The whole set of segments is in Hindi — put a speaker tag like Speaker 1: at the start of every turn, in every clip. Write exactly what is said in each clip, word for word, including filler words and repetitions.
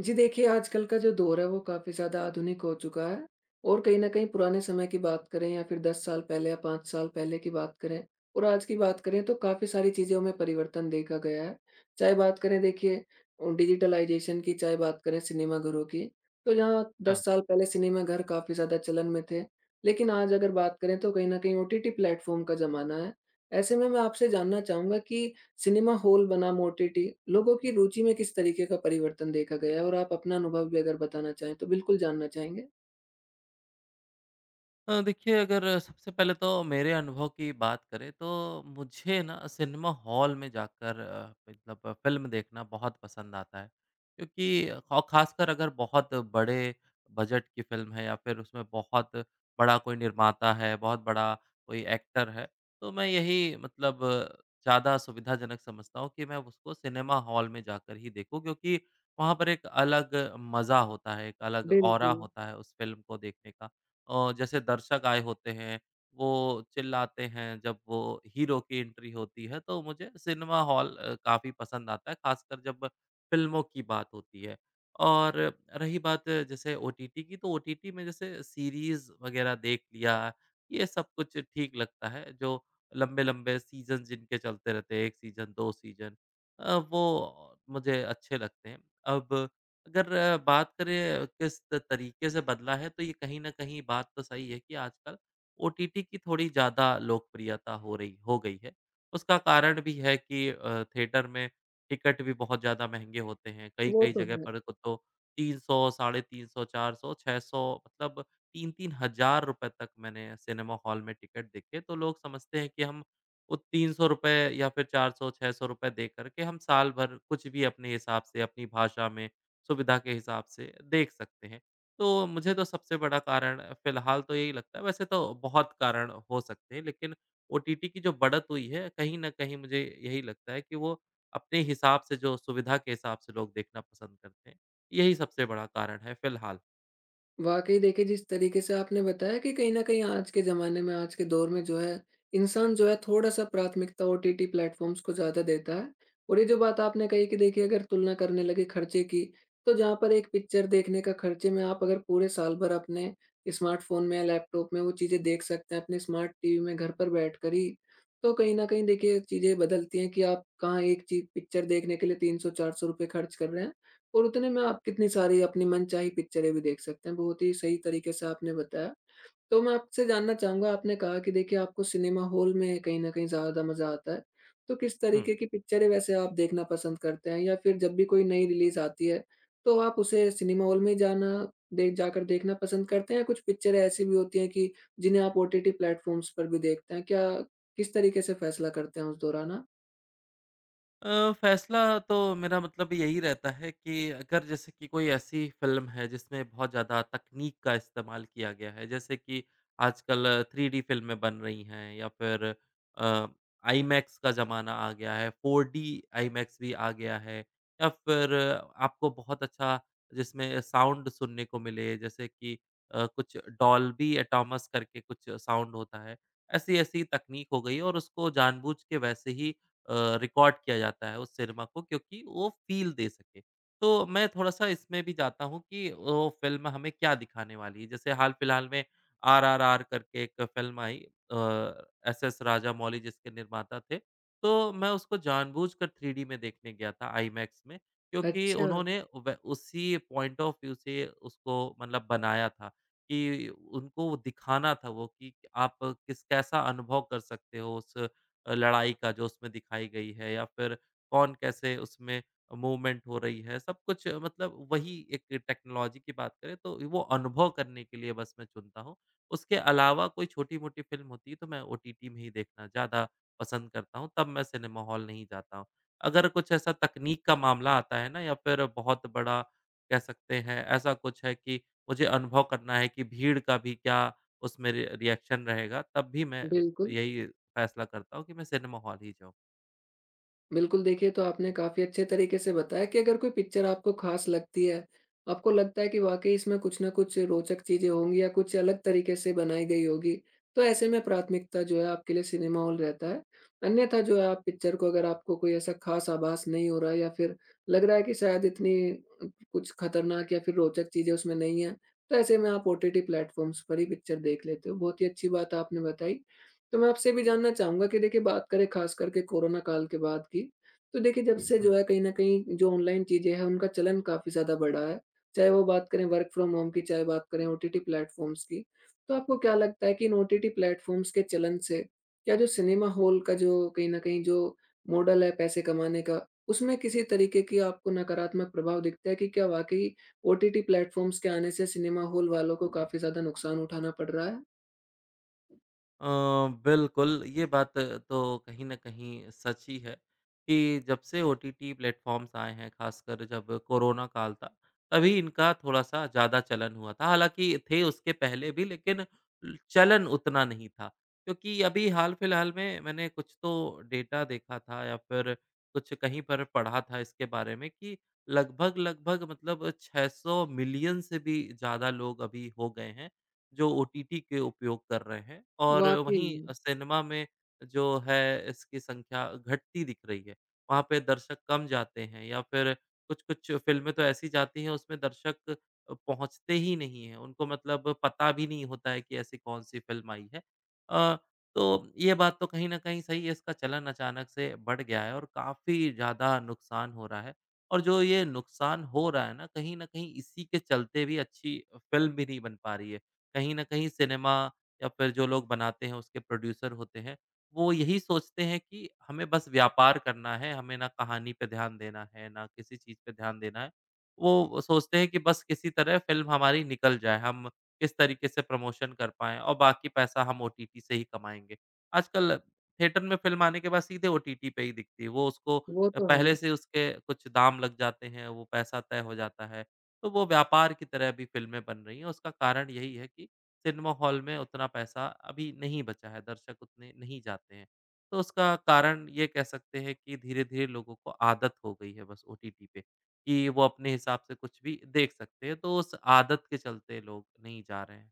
Speaker 1: जी देखिए, आजकल का जो दौर है वो काफ़ी ज़्यादा आधुनिक हो चुका है और कहीं न कहीं पुराने समय की बात करें या फिर दस साल पहले या पाँच साल पहले की बात करें और आज की बात करें तो काफ़ी सारी चीज़ों में परिवर्तन देखा गया है। चाहे बात करें देखिए उम, डिजिटलाइज़ेशन की, चाहे बात करें सिनेमाघरों की, तो जहाँ
Speaker 2: हाँ।
Speaker 1: दस साल पहले सिनेमाघर काफ़ी ज़्यादा चलन में थे, लेकिन आज अगर बात करें तो कहीं न कहीं ओटीटी प्लेटफ़ॉर्म का ज़माना है। ऐसे में मैं आपसे जानना चाहूँगा कि सिनेमा हॉल बनाम ओटीटी, लोगों की रुचि में किस तरीके का परिवर्तन देखा गया है? और आप अपना अनुभव भी अगर बताना चाहें, तो बिल्कुल जानना चाहेंगे।
Speaker 2: अ, देखिए, अगर सबसे पहले तो मेरे अनुभव की बात करें तो मुझे ना सिनेमा हॉल में जाकर अ, मतलब फ़िल्म देखना बहुत पसंद आता है। क्योंकि औ ख़ासकर अगर बहुत बड़े बजट की फ़िल्म है या फिर उसमें बहुत बड़ा कोई निर्माता है, बहुत बड़ा कोई एक्टर है, तो मैं यही मतलब ज़्यादा सुविधाजनक समझता हूँ कि मैं उसको सिनेमा हॉल में जाकर ही देखूँ, क्योंकि वहाँ पर एक अलग मज़ा होता है, एक अलग ऑरा
Speaker 1: बिल्कुल,
Speaker 2: होता है उस फ़िल्म को देखने का। अ, जैसे दर्शक आए होते हैं, वो चिल्लाते हैं जब वो हीरो की एंट्री होती है, तो मुझे सिनेमा हॉल अ, काफ़ी पसंद आता है, ख़ासकर जब फ़िल्मों की बात होती है। और रही बात जैसे ओटीटी की, तो ओटीटी में जैसे सीरीज़ वग़ैरह देख लिया, ये सब कुछ ठीक लगता है। जो लंबे-लंबे सीज़न जिनके चलते रहते हैं, एक सीज़न, दो सीज़न, अ, वो मुझे अच्छे लगते हैं। अब अगर अ, बात करें किस त- तरीके से बदला है, तो ये कहीं न कहीं बात तो सही है कि आजकल ओटीटी की थोड़ी ज़्यादा लोकप्रियता हो रही हो गई है। उसका कारण भी है कि अ, थिएटर में टिकट भी बहुत ज़्यादा महँगे होते हैं।
Speaker 1: वो
Speaker 2: कई-कई
Speaker 1: तो
Speaker 2: जगह
Speaker 1: है।
Speaker 2: पर को तो तीन सौ, साढ़े तीन सौ, चार सौ, छह सौ मतलब तीन तीन हज़ार रुपए तक मैंने सिनेमा हॉल में टिकट देखे। तो लोग समझते हैं कि हम वो ₹तीन सौ रुपए या फिर ₹चार सौ रुपए, ₹छह सौ रुपए दे कर के हम साल भर कुछ भी अपने हिसाब से अपनी भाषा में सुविधा के हिसाब से देख सकते हैं। तो मुझे तो सबसे बड़ा कारण फ़िलहाल तो यही लगता है, वैसे तो बहुत कारण हो सकते हैं, लेकिन ओटीटी की जो बढ़त हुई है, कहीं न कहीं मुझे यही लगता है कि वो अपने हिसाब से, जो सुविधा के हिसाब से लोग देखना पसंद करते हैं, यही सबसे बड़ा कारण है फ़िलहाल।
Speaker 1: वाक़ई देखिए, जिस तरीके से आपने बताया कि कहीं न कहीं आज के ज़माने में, आज के दौर में जो है, इंसान जो है थोड़ा-सा प्राथमिकता ओटीटी प्लेटफ़ॉर्म्स को ज़्यादा देता है। और ये जो बात आपने कही कि देखिए अगर तुलना करने लगे खर्चे की, तो जहाँ पर एक पिक्चर देखने का खर्चे में आप अगर पूरे साल भर अपने स्मार्टफ़ोन में या लैपटॉप में वो चीज़ें देख सकते हैं, अपने स्मार्ट टीवी में घर पर बैठकर ही, तो कहीं न कहीं देखिए चीज़ें बदलती हैं कि आप कहाँ एक चीज़ पिक्चर देखने के लिए ₹तीन सौ चार सौ खर्च कर रहे हैं, और उतने में आप कितनी सारी अपनी मनचाही पिक्चरें भी देख सकते हैं। बहुत ही सही तरीके से आपने बताया। तो मैं आपसे जानना चाहूँगा, आपने कहा कि देखिए आपको सिनेमा हॉल में कहीं न कहीं ज़्यादा मज़ा आता है। तो किस
Speaker 2: हुँ।
Speaker 1: तरीके की पिक्चरें वैसे आप देखना पसंद करते हैं? या फिर जब भी कोई नई रिलीज़ आती है तो आप उसे सिनेमा हॉल में जाना दे जाकर देखना पसंद करते हैं, या कुछ पिक्चरें ऐसी भी होती हैं कि जिन्हें आप ओटीटी प्लेटफ़ॉर्म्स पर भी देखते हैं? क्या किस तरीके से फैसला करते हैं उस दौरान आप?
Speaker 2: अ, फैसला तो मेरा मतलब यही रहता है कि अगर जैसे कि कोई ऐसी फ़िल्म है जिसमें बहुत ज़्यादा तकनीक का इस्तेमाल किया गया है, जैसे कि आजकल थ्री डी फ़िल्में बन रही हैं या फिर अ, आईमैक्स का ज़माना आ गया है, फ़ोर डी आईमैक्स भी आ गया है, या फिर आपको बहुत अच्छा जिसमें साउंड सुनने को मिले, जैसे कि अ, कुछ डॉल्बी एटॉमस करके कुछ साउंड होता है। ऐसी-ऐसी तकनीक हो गई और उसको जानबूझ के वैसे ही अ, रिकॉर्ड किया जाता है उस सिनेमा को, क्योंकि वो फ़ील दे सके। तो मैं थोड़ा-सा इसमें भी जाता हूँ कि वो फ़िल्म हमें क्या दिखाने वाली है। जैसे हाल-फिलहाल में आरआरआर करके एक फ़िल्म आई, अ, एसएस राजामौली जिसके निर्माता थे। तो मैं उसको जानबूझकर थ्री डी में देखने गया था आईमैक्स में, क्योंकि
Speaker 1: अच्छा,
Speaker 2: उन्होंने व उसी पॉइंट ऑफ व्यू से उसको मतलब बनाया था कि उनको वो दिखाना था, वो कि आप किस कैसा अनुभव कर सकते हो उस अ, लड़ाई का जो उसमें दिखाई गई है, या फिर कौन कैसे उसमें मूवमेंट हो रही है, सब कुछ, अ, मतलब वही एक टेक्नोलॉजी की बात करें, तो वो अनुभव करने के लिए बस मैं चुनता हूँ। उसके अलावा कोई छोटी-मोटी फ़िल्म होती है, तो मैं ओटीटी में ही देखना ज़्यादा पसंद करता हूँ, तब मैं सिनेमा हॉल नहीं जाता हूँ। अगर कुछ ऐसा तकनीक का मामला आता है ना, या फिर बहुत बड़ा कह सकते हैं ऐसा कुछ है कि मुझे अनुभव करना है कि भीड़ का भी क्या उसमें रि रिएक्शन रहेगा, तब भी मैं
Speaker 1: बिल्कुल।
Speaker 2: यही फ़ैसला करता हूँ कि मैं सिनेमा हॉल ही जाऊँ।
Speaker 1: बिल्कुल, देखिए तो आपने काफ़ी अच्छे तरीके से बताया कि अगर कोई पिक्चर आपको ख़ास लगती है, आपको लगता है कि वाक़ई इसमें कुछ न कुछ रोचक चीज़ें होंगी या कुछ अलग तरीके से बनाई गई होगी, तो ऐसे में प्राथमिकता जो है आपके लिए सिनेमा हॉल रहता है। अन्यथा जो है आप पिक्चर को, अगर आपको कोई ऐसा ख़ास आभास नहीं हो रहा है या फिर लग रहा है कि शायद इतनी कुछ खतरनाक या फिर रोचक चीज़ें उसमें नहीं है, तो ऐसे में आप ओटीटी प्लेटफ़ॉर्म्स पर ही पिक्चर देख लेते हो। बहुत ही अच्छी बात आपने बताई। तो मैं आपसे ये भी जानना चाहूँगा कि देखिए बात करें ख़ास करके कोरोना काल के बाद की, तो देखिए जब से
Speaker 2: हम्म।
Speaker 1: जो है कहीं न कहीं जो ऑनलाइन चीज़ें हैं उनका चलन काफ़ी ज़्यादा बढ़ा है। चाहे वो बात करें वर्क फ्रॉम होम की, चाहे बात करें ओटीटी प्लेटफ़ॉर्म्स की। तो आपको क्या लगता है कि इन ओटीटी प्लेटफ़ॉर्म्स के चलन से क्या जो सिनेमा हॉल का जो कहीं न कहीं जो मॉडल है पैसे कमाने का, उसमें किसी तरीके की आपको नकारात्मक प्रभाव दिखता है कि क्या वाक़ई ओटीटी प्लेटफ़ॉर्म्स के आने से सिनेमा हॉल वालों को काफ़ी ज़्यादा नुकसान उठाना पड़ रहा है?
Speaker 2: अ, बिल्कुल, ये बात तो कहीं न कहीं सच ही है कि जब से ओटीटी प्लेटफ़ॉर्म्स आए हैं, ख़ासकर जब कोरोना काल था, तभी इनका थोड़ा-सा ज़्यादा चलन हुआ था। हालाँकि थे उसके पहले भी, लेकिन ल चलन उतना नहीं था, क्योंकि अभी हाल-फिलहाल में मैंने कुछ तो डेटा देखा था या फिर कुछ कहीं पर पढ़ा था इसके बारे में कि लगभग-लगभग मतलब छह सौ मिलियन से भी ज़्यादा लोग अभी हो गए हैं, जो ओटीटी के उपयोग कर रहे हैं, और
Speaker 1: वाक़ई
Speaker 2: वहीं
Speaker 1: में,
Speaker 2: अ, सिनेमा में जो है इसकी संख्या घटती दिख रही है। वहाँ पे दर्शक कम जाते हैं या फिर कुछ-कुछ फ़िल्में तो ऐसी जाती हैं उसमें दर्शक अ, पहुँचते ही नहीं हैं, उनको मतलब पता भी नहीं होता है कि ऐसी कौन-सी फ़िल्म आई है। अ, तो ये बात तो कहीं न कहीं सही है, इसका चलन अचानक से बढ़ गया है और काफ़ी ज़्यादा नुकसान हो रहा है। और जो ये नुकसान हो रहा है ना, कहीं न कहीं इसी के चलते भी अच्छी फ़िल्म भी नहीं बन पा रही है। कहीं न कहीं सिनेमा या फिर जो लोग बनाते हैं उसके प्रोड्यूसर होते हैं, वो यही सोचते हैं कि हमें बस व्यापार करना है, हमें ना कहानी पे ध्यान देना है, ना किसी चीज़ पे ध्यान देना है। वो सोचते हैं कि बस किसी तरह फ़िल्म हमारी निकल जाए, हम किस तरीके से प्रमोशन कर पाएँ, और बाकी पैसा हम ओटीटी से ही कमाएँगे। आजकल थिएटर में फ़िल्म आने के बाद सीधे ओटीटी पे ही दिखती है, वो उसको
Speaker 1: वो
Speaker 2: अ,
Speaker 1: तो है।
Speaker 2: पहले से उसके कुछ दाम लग जाते हैं, वो पैसा तय हो जाता है। तो वो व्यापार की तरह अभी फ़िल्में बन रही हैं, उसका कारण यही है कि सिनेमा हॉल में उतना पैसा अभी नहीं बचा है, दर्शक उतने नहीं जाते हैं। तो उसका कारण ये कह सकते हैं कि धीरे-धीरे लोगों को आदत हो गई है बस ओटीटी पे, कि वो अपने हिसाब से कुछ भी देख सकते हैं, तो उस आदत के चलते लोग नहीं जा रहे हैं।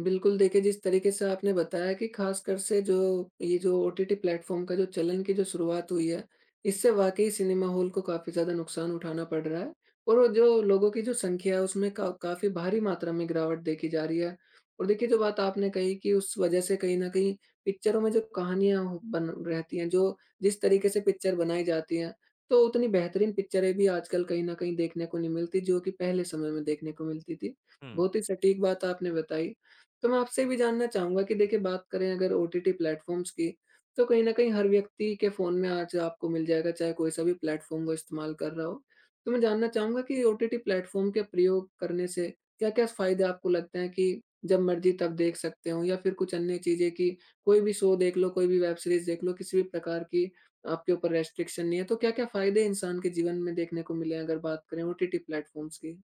Speaker 1: बिल्कुल, देखिए जिस तरीके से आपने बताया कि ख़ासकर से जो ये जो ओटीटी प्लेटफ़ॉर्म का जो चलन की जो शुरुआत हुई है, इससे वाक़ई सिनेमा हॉल को काफ़ी ज़्यादा नुकसान उठाना पड़ रहा है और वो जो लोगों की जो संख्या है उसमें का काफ़ी भारी मात्रा में गिरावट देखी जा रही है। और देखिए जो बात आपने कही कि उस वज़ह से कहीं न कहीं पिक्चरों में जो कहानियाँ हो बन रहती हैं, जो जिस तरीके से पिक्चर बनाई जाती हैं, तो उतनी बेहतरीन पिक्चरें भी आजकल कहीं न कहीं देखने को नहीं मिलती जो कि पहले समय में देखने को मिलती थी।
Speaker 2: हुँ।
Speaker 1: बहुत ही सटीक बात आपने बताई। तो मैं आपसे भी जानना चाहूँगा कि देखिए बात करें अगर ओटीटी प्लेटफ़ॉर्म्स की, तो कहीं न कहीं हर व्यक्ति के फ़ोन में आज आपको मिल जाएगा, चाहे कोई-सा भी प्लेटफ़ॉर्म वो इस्तेमाल कर रहा हो। तो मैं जानना चाहूँगा कि ओटीटी प्लेटफ़ॉर्म के प्रयोग करने से क्या-क्या फ़ायदे आपको लगते हैं कि जब मर्ज़ी तब देख सकते हो, या फिर कुछ अन्य चीज़ें कि कोई भी शो देख लो, कोई भी वेब सीरीज़ देख लो, किसी भी प्रकार की आपके ऊपर रेस्ट्रिक्शन नहीं है। तो क्या-क्या फ़ायदे इंसान के जीवन में देखने को मिले हैं, अगर बात करें ओटीटी प्लेटफ़ॉर्म्स की?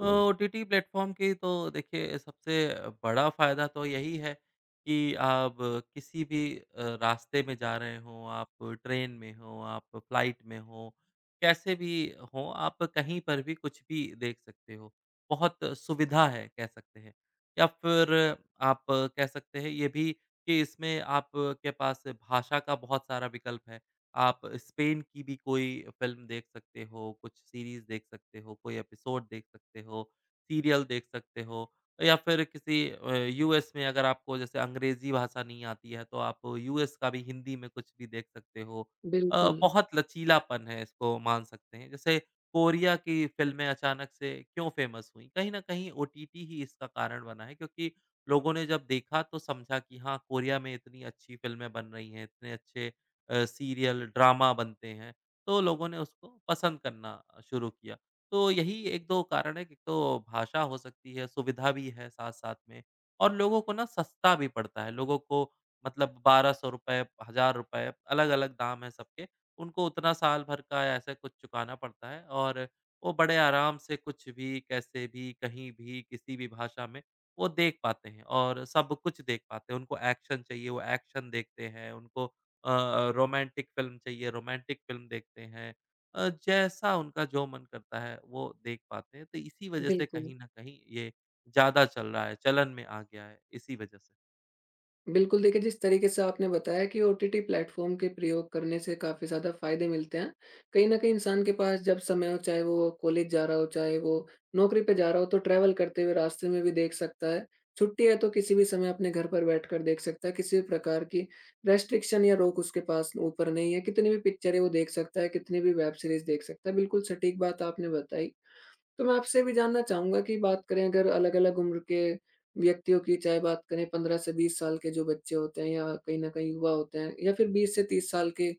Speaker 2: अ, ओटीटी प्लेटफ़ॉर्म की तो देखिए, सबसे बड़ा फ़ायदा तो यही है कि आप किसी भी अ, रास्ते में जा रहे हों, आप ट्रेन में हों, आप फ्लाइट में हों, कैसे भी हों, आप कहीं पर भी कुछ भी देख सकते हो। बहुत सुविधा है कह सकते हैं। या फिर आप कह सकते हैं ये भी कि इसमें आपके पास भाषा का बहुत सारा विकल्प है। आप स्पेन की भी कोई फ़िल्म देख सकते हो, कुछ सीरीज़ देख सकते हो, कोई एपिसोड देख सकते हो, सीरियल देख सकते हो, या फिर किसी अ, यूएस में, अगर आपको जैसे अंग्रेज़ी भाषा नहीं आती है, तो आप यूएस का भी हिंदी में कुछ भी देख सकते हो। अ,
Speaker 1: बिल्कुल,
Speaker 2: बहुत लचीलापन है, इसको मान सकते हैं। जैसे कोरिया की फ़िल्में अचानक से क्यों फ़ेमस हुईं? कहीं न कहीं ओटीटी ही इसका कारण बना है, क्योंकि लोगों ने जब देखा तो समझा कि हाँ, कोरिया में इतनी अच्छी फ़िल्में बन रही हैं, इतने अच्छे अ, सीरियल, ड्रामा बनते हैं, तो लोगों ने उसको पसंद करना शुरू किया। तो यही एक दो कारण है, कि एक तो भाषा हो सकती है, सुविधा भी है साथ-साथ में, और लोगों को ना सस्ता भी पड़ता है। लोगों को मतलब ₹बारह सौ रुपए, ₹हज़ार रुपए अलग-अलग दाम है सबके, उनको उतना साल भर का ऐसा कुछ चुकाना पड़ता है, और वो बड़े आराम से कुछ भी, कैसे भी, कहीं भी, किसी भी भाषा में वो देख पाते हैं और सब कुछ देख पाते हैं। उनको एक्शन चाहिए, वो एक्शन देखते हैं, उनको अ अ, रोमांटिक फ़िल्म चाहिए, रोमांटिक फ़िल्म देखते हैं। अ, जैसा उनका जो मन करता है, वो देख पाते हैं। तो इसी वजह से
Speaker 1: बिल्कुल।
Speaker 2: कहीं न कहीं ये ज़्यादा चल रहा है, चलन में आ गया है, इसी वजह से।
Speaker 1: बिल्कुल, देखिए जिस तरीके से आपने बताया कि ओटीटी प्लेटफ़ॉर्म के प्रयोग करने से काफ़ी ज़्यादा फ़ायदे मिलते हैं। कहीं न कहीं इंसान के पास जब समय हो, चाहे वो कॉलेज जा रहा हो, चाहे वो नौकरी पे जा रहा हो, तो ट्रैवल करते हुए रास्ते में भी देख सकता है। छुट्टी है तो किसी भी समय अपने घर पर बैठकर देख सकता है, किसी भी प्रकार की रेस्ट्रिक्शन या रोक उसके पास ऊपर नहीं है। कितनी भी पिक्चरें वो देख सकता है, कितनी भी वेब सीरीज़ देख सकता है। बिल्कुल सटीक बात आपने बताई। तो मैं आपसे भी जानना चाहूँगा कि बात करें अगर अलग-अलग उम्र के व्यक्तियों की, चाहे बात करें पंद्रह से बीस साल के जो बच्चे होते हैं या कहीं न कहीं युवा होते हैं, या फिर बीस से तीस साल के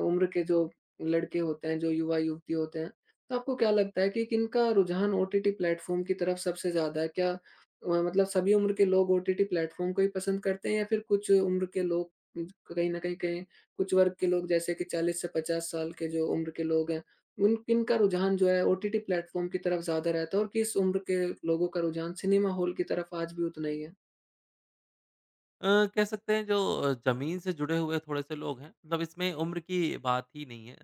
Speaker 1: उम्र के जो लड़के होते हैं, जो युवा-युवती होते हैं, तो आपको क्या लगता है कि किनका रुझान ओटीटी प्लेटफ़ॉर्म की तरफ सबसे ज़्यादा है? क्या अ, मतलब सभी उम्र के लोग ओटीटी प्लेटफ़ॉर्म को ही पसंद करते हैं, या फिर कुछ उम्र के लोग अम, कहीं न कहीं कहें कुछ वर्ग के लोग जैसे कि चालीस से पचास साल के जो उम्र के लोग हैं, उन किनका रुझान जो है ओटीटी प्लेटफ़ॉर्म की तरफ ज़्यादा रहता है, और किस उम्र के लोगों का रुझान सिनेमा हॉल की तरफ आज भी उतना ही है?
Speaker 2: अ, कह सकते हैं जो अ, ज़मीन से जुड़े हुए थोड़े-से लोग हैं, मतलब इसमें उम्र की बात ही नहीं है।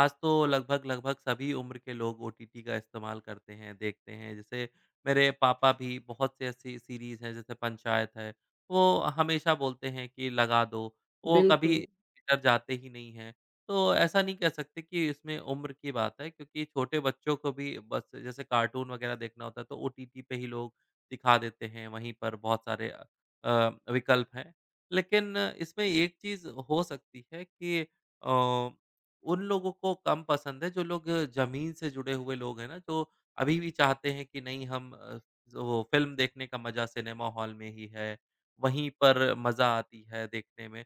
Speaker 2: आज तो लगभग-लगभग सभी उम्र के लोग ओटीटी का इस्तेमाल करते हैं, देखते हैं। जैसे मेरे पापा भी बहुत से ऐसी सीरीज़ हैं, जैसे पंचायत है, वो हमेशा बोलते हैं कि लगा दो, वो कभी
Speaker 1: बिल्कुल,
Speaker 2: थिएटर जाते ही नहीं हैं। तो ऐसा नहीं कह सकते कि इसमें उम्र की बात है, क्योंकि छोटे बच्चों को भी बस जैसे कार्टून वगैरह देखना होता है, तो ओटीटी पे ही लोग दिखा देते हैं। वहीं पर बहुत सारे अ, विकल्प हैं। लेकिन इसमें एक चीज़ हो सकती है कि अ, उन लोगों को कम पसंद है जो लोग ज़मीन से जुड़े हुए लोग हैं ना, जो अभी भी चाहते हैं कि नहीं हम अ, वो फ़िल्म देखने का मज़ा सिनेमा हॉल में ही है, वहीं पर मज़ा आती है देखने में।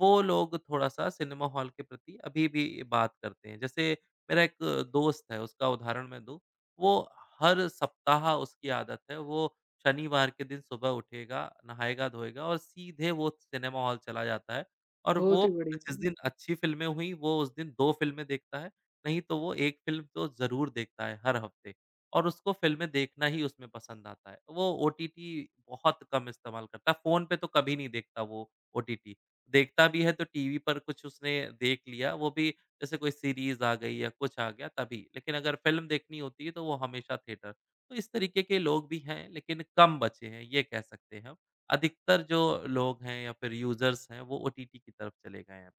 Speaker 2: वो लोग थोड़ा-सा सिनेमा हॉल के प्रति अभी भी बात करते हैं। जैसे मेरा एक दोस्त है, उसका उदाहरण मैं दूँ, वो हर सप्ताह उसकी आदत है वो शनिवार के दिन सुबह उठेगा, नहाएगा-धोएगा और सीधे वो सिनेमा हॉल चला जाता है, और
Speaker 1: बहुत
Speaker 2: वो
Speaker 1: ही बढ़िया।
Speaker 2: जिस दिन अच्छी फ़िल्में हुई, वो उस दिन दो फ़िल्में देखता है, नहीं तो वो एक फ़िल्म तो ज़रूर देखता है हर हफ़्ते, और उसको फ़िल्में देखना ही उसमें पसंद आता है। वो ओटीटी बहुत कम इस्तेमाल करता है, फ़ोन पे तो कभी नहीं देखता वो ओटीटी। देखता भी है तो टीवी पर कुछ उसने देख लिया, वो भी जैसे कोई सीरीज़ आ गई या कुछ आ गया तभी, लेकिन अगर फ़िल्म देखनी होती है तो वो हमेशा थिएटर। तो इस तरीके के लोग भी हैं, लेकिन कम बचे हैं, ये कह सकते हैं हम। अधिकतर जो लोग हैं या फिर यूज़र्स हैं, वो ओटीटी की तरफ चले गए हैं।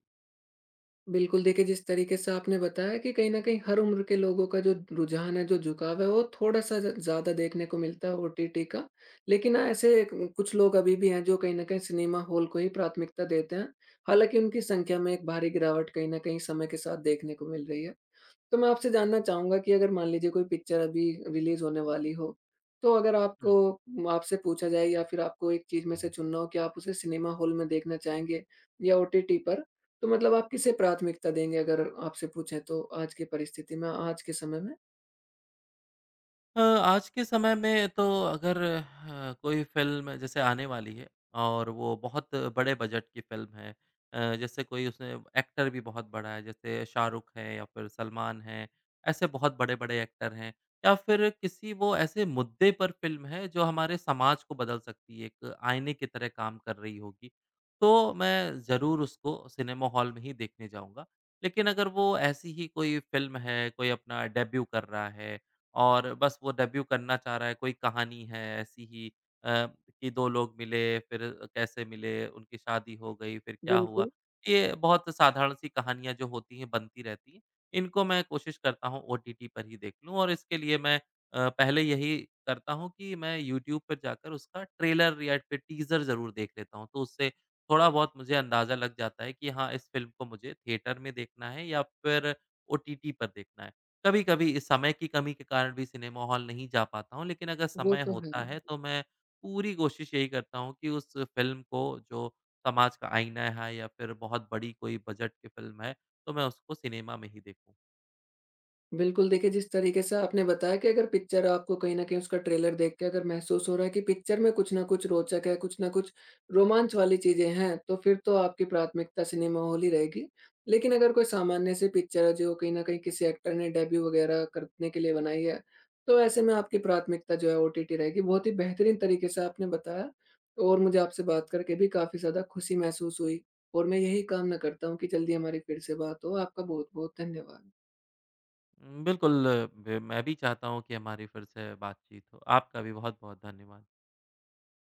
Speaker 1: बिल्कुल, देखिए जिस तरीके से आपने बताया कि कहीं न कहीं हर उम्र के लोगों का जो रुझान है, जो झुकाव है, वो थोड़ा-सा ज ज़्यादा देखने को मिलता है ओटीटी का। लेकिन हाँ, ऐसे क कुछ लोग अभी भी हैं जो कहीं न कहीं सिनेमा हॉल को ही प्राथमिकता देते हैं। हालाँकि उनकी संख्या में एक भारी गिरावट कहीं न कहीं समय के साथ देखने को मिल रही है। तो मैं आपसे जानना चाहूँगा कि अगर मान लीजिए कोई पिक्चर अभी रिलीज़ होने वाली हो, तो अगर आपको आपसे पूछा जाए या फिर आपको एक चीज़ में से चुनना हो कि आप उसे सिनेमा हॉल में देखना चाहेंगे या ओटीटी पर, तो मतलब आप किसे प्राथमिकता देंगे अगर आपसे पूछें तो आज की परिस्थिति में, आज के समय में?
Speaker 2: अ, आज के समय में तो अगर अ, कोई फ़िल्म जैसे आने वाली है, और वो बहुत बड़े बजट की फ़िल्म है, अ, जैसे कोई उसमें एक्टर भी बहुत बड़ा है, जैसे शाहरुख है या फिर सलमान हैं, ऐसे बहुत बड़े-बड़े एक्टर हैं, या फिर किसी वो ऐसे मुद्दे पर फ़िल्म है जो हमारे समाज को बदल सकती है, एक आईने की तरह काम कर रही होगी, तो मैं ज़रूर उसको सिनेमा हॉल में ही देखने जाऊँगा। लेकिन अगर वो ऐसी ही कोई फ़िल्म है, कोई अपना डेब्यू कर रहा है और बस वो डेब्यू करना चाह रहा है, कोई कहानी है ऐसी ही, अ, कि दो लोग मिले, फिर कैसे मिले, उनकी शादी हो गई, फिर क्या हुआ?
Speaker 1: बिल्कुल,
Speaker 2: ये बहुत साधारण सी कहानियाँ जो होती हैं, बनती रहती हैं। इनको मैं कोशिश करता हूँ ओटीटी पर ही देख लूँ, और इसके लिए मैं अ, पहले यही करता हूँ कि मैं यूट्यूब पर जाकर उसका ट्रेलर या फिर टीज़र ज़रूर देख लेता हूँ। तो उससे थोड़ा-बहुत मुझे अंदाज़ा लग जाता है कि हाँ, इस फ़िल्म को मुझे थिएटर में देखना है या फिर ओटीटी पर देखना है। कभी-कभी समय की कमी के कारण भी सिनेमा हॉल नहीं जा पाता हूँ, लेकिन अगर
Speaker 1: वो
Speaker 2: समय
Speaker 1: तो है।
Speaker 2: होता है तो मैं पूरी कोशिश यही करता हूँ कि उस फ़िल्म को, जो समाज का आईना है या फिर बहुत बड़ी कोई बजट की फ़िल्म है, तो मैं उसको सिनेमा में ही देखूँ।
Speaker 1: बिल्कुल, देखिए जिस तरीके से आपने बताया कि अगर पिक्चर आपको कहीं न कहीं उसका ट्रेलर देख के अगर महसूस हो रहा है कि पिक्चर में कुछ न कुछ रोचक है, कुछ न कुछ रोमांच वाली चीज़ें हैं, तो फिर तो आपकी प्राथमिकता सिनेमा हॉल ही रहेगी। लेकिन अगर कोई सामान्य सी पिक्चर है जो कहीं न कहीं किसी एक्टर ने डेब्यू वगैरह करने के लिए बनाई है, तो ऐसे में आपकी प्राथमिकता जो है ओटीटी रहेगी। बहुत ही बेहतरीन तरीके से आपने बताया, और मुझे आपसे बात करके भी काफ़ी ज़्यादा खुशी महसूस हुई और मैं यही कामना करता हूँ कि जल्दी हमारी फिर से बात हो। आपका बहुत-बहुत धन्यवाद।
Speaker 2: उम, बिल्कुल, ब मैं भी चाहता हूँ कि हमारी फिर से बातचीत हो। आपका भी बहुत-बहुत धन्यवाद।